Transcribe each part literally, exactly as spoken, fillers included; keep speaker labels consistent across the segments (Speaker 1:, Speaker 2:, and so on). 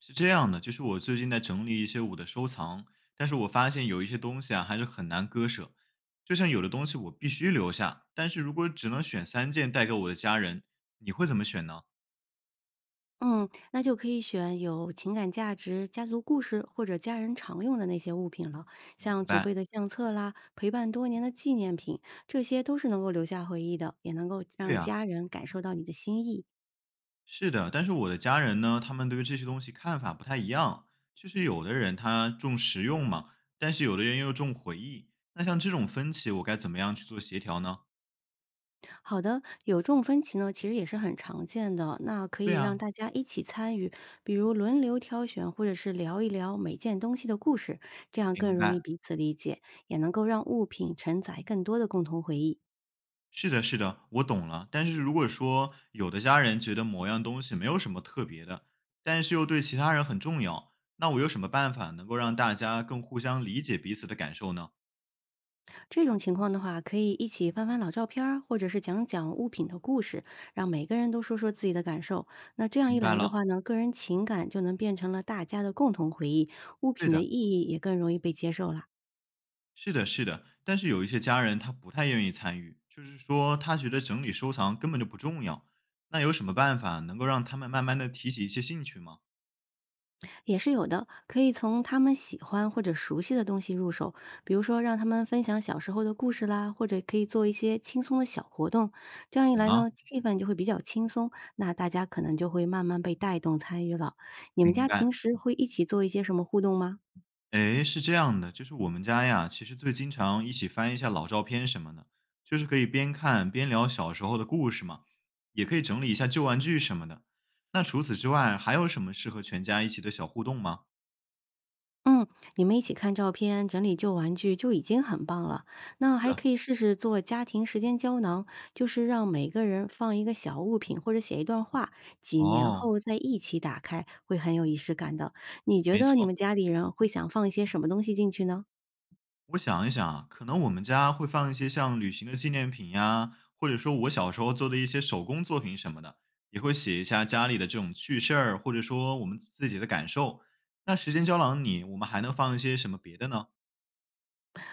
Speaker 1: 是这样的，就是我最近在整理一些我的收藏，但是我发现有一些东西啊，还是很难割舍。就像有的东西我必须留下，但是如果只能选三件带给我的家人，你会怎么选呢？
Speaker 2: 嗯，那就可以选有情感价值、家族故事或者家人常用的那些物品了，
Speaker 1: 明
Speaker 2: 像祖
Speaker 1: 白。
Speaker 2: 辈的相册啦、陪伴多年的纪念品，这些都是能够留下回忆的，也能够
Speaker 1: 对
Speaker 2: 让
Speaker 1: 呀、
Speaker 2: 家人感受到你的心意。
Speaker 1: 是的。但是我的家人呢，他们对于这些东西看法不太一样，就是有的人他重实用嘛，但是有的人又重回忆。那像这种分歧，我该怎么样去做协调呢？
Speaker 2: 好的，有这种分歧呢，其实也是很常见的，那可
Speaker 1: 对
Speaker 2: 以让
Speaker 1: 呀、
Speaker 2: 大家一起参与，比如轮流挑选，或者是聊一聊每件东西的故事，这样更
Speaker 1: 明
Speaker 2: 容
Speaker 1: 白。
Speaker 2: 易彼此理解，也能够让物品承载更多的共同回忆。
Speaker 1: 是的，是的，我懂了。但是如果说有的家人觉得某样东西没有什么特别的，但是又对其他人很重要，那我有什么办法能够让大家更互相理解彼此的感受呢？
Speaker 2: 这种情况的话，可以一起翻翻老照片儿，或者是讲讲物品的故事，让每个人都说说自己的感受。那这样
Speaker 1: 明
Speaker 2: 一
Speaker 1: 白
Speaker 2: 来的
Speaker 1: 了。
Speaker 2: 话呢，个人情感就能变成了大家的共同回忆，物
Speaker 1: 对
Speaker 2: 品的
Speaker 1: 的，
Speaker 2: 意义也更容易被接受了。
Speaker 1: 是的，是的。但是有一些家人他不太愿意参与，就是说他觉得整理收藏根本就不重要。那有什么办法能够让他们慢慢的提起一些兴趣吗？
Speaker 2: 也是有的，可以从他们喜欢或者熟悉的东西入手，比如说让他们分享小时候的故事啦，或者可以做一些轻松的小活动。这样一
Speaker 1: 懂
Speaker 2: 来
Speaker 1: 了，
Speaker 2: 呢，气氛就会比较轻松，那大家可能就会慢慢被带动参与了。你们
Speaker 1: 明
Speaker 2: 家
Speaker 1: 白。
Speaker 2: 平时会一起做一些什么互动吗？
Speaker 1: 诶，是这样的，就是我们家呀，其实最经常一起翻一下老照片什么的，就是可以边看边聊小时候的故事嘛，也可以整理一下旧玩具什么的。那除此之外，还有什么适合全家一起的小互动吗？
Speaker 2: 嗯，你们一起看照片、整理旧玩具就已经很棒了。那
Speaker 1: 是
Speaker 2: 还
Speaker 1: 的，
Speaker 2: 可以试试做家庭时间胶囊，就是让每个人放一个小物品或者写一段话，几年
Speaker 1: 哦，
Speaker 2: 后再一起打开，会很有仪式感的。你觉
Speaker 1: 没
Speaker 2: 得你
Speaker 1: 错。
Speaker 2: 们家里人会想放一些什么东西进去呢？
Speaker 1: 我想一想啊，可能我们家会放一些像旅行的纪念品呀，或者说我小时候做的一些手工作品什么的，也会写一下家里的这种趣事儿，或者说我们自己的感受。那时间胶囊里，我们还能放一些什么别的呢？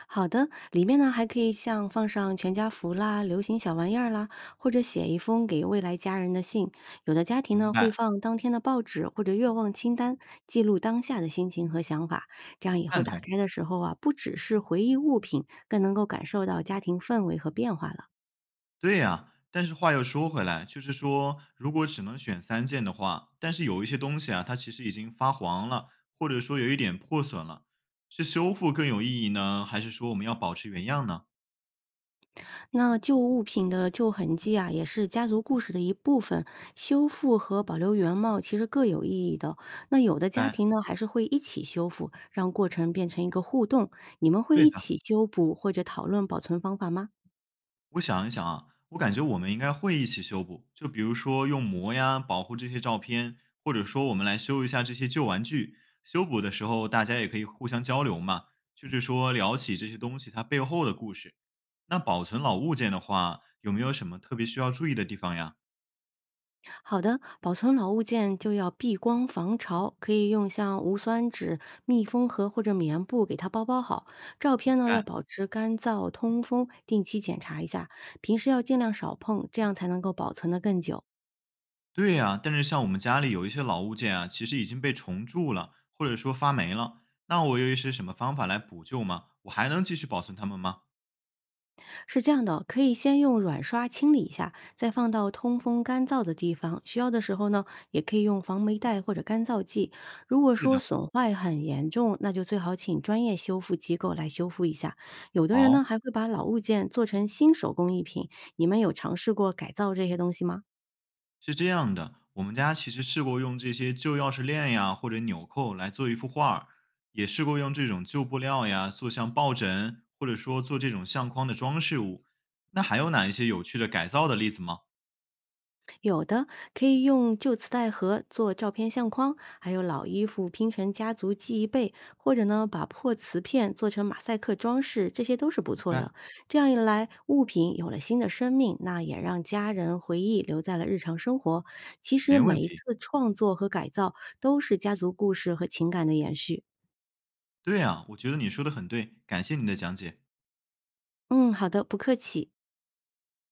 Speaker 2: 好的，里面呢还可以像放上全家福啦、流行小玩意儿啦，或者写一封给未来家人的信。有的家庭
Speaker 1: 明
Speaker 2: 呢会
Speaker 1: 白，
Speaker 2: 放当天的报纸或者愿望清单，记录当下的心情和想法。这样以后
Speaker 1: 赞
Speaker 2: 打
Speaker 1: 同。
Speaker 2: 开的时候啊，不只是回忆物品，更能够感受到家庭氛围和变化了。
Speaker 1: 对呀，但是话又说回来，就是说，如果只能选三件的话，但是有一些东西啊，它其实已经发黄了，或者说有一点破损了，是修复更有意义呢，还是说我们要保持原样呢？
Speaker 2: 那旧物品的旧痕迹啊，也是家族故事的一部分。修复和保留原貌其实各有意义的。那有的家庭
Speaker 1: 该
Speaker 2: 呢，还是会一起修复，让过程变成一个互动。你们会
Speaker 1: 对
Speaker 2: 一
Speaker 1: 的。
Speaker 2: 起修补或者讨论保存方法吗？
Speaker 1: 我想一想啊，我感觉我们应该会一起修补，就比如说用膜呀保护这些照片，或者说我们来修一下这些旧玩具。修补的时候，大家也可以互相交流嘛，就是说聊起这些东西它背后的故事。那保存老物件的话，有没有什么特别需要注意的地方呀？
Speaker 2: 好的，保存老物件就要避光防潮，可以用像无酸纸、密封盒或者棉布给它包包好。照片呢要
Speaker 1: 哎，
Speaker 2: 保持干燥通风，定期检查一下。平时要尽量少碰，这样才能够保存得更久。
Speaker 1: 对呀、但是像我们家里有一些老物件啊，其实已经被虫蛀了，或者说发霉了，那我有一些什么方法来补救吗？我还能继续保存它们吗？
Speaker 2: 是这样的，可以先用软刷清理一下，再放到通风干燥的地方。需要的时候呢，也可以用防霉袋或者干燥剂。如果
Speaker 1: 是
Speaker 2: 说
Speaker 1: 的，
Speaker 2: 损坏很严重，那就最好请专业修复机构来修复一下。有的人
Speaker 1: 好、
Speaker 2: 呢，还会把老物件做成新手工艺品。你们有尝试过改造这些东西吗？
Speaker 1: 是这样的，我们家其实试过用这些旧钥匙链呀或者纽扣来做一幅画儿，也试过用这种旧布料呀做像抱枕，或者说做这种相框的装饰物。那还有哪一些有趣的改造的例子吗？
Speaker 2: 有的可以用旧磁带盒做照片相框，还有老衣服拼成家族记忆被，或者呢把破瓷片做成马赛克装饰，这些都是不
Speaker 1: 明
Speaker 2: 错
Speaker 1: 白。
Speaker 2: 的。这样一来，物品有了新的生命，那也让家人回忆留在了日常生活。其实
Speaker 1: 没问
Speaker 2: 每一
Speaker 1: 题。
Speaker 2: 次创作和改造都是家族故事和情感的延续。
Speaker 1: 对呀、我觉得你说的很对，感谢你的讲解。
Speaker 2: 嗯，好的，不客气。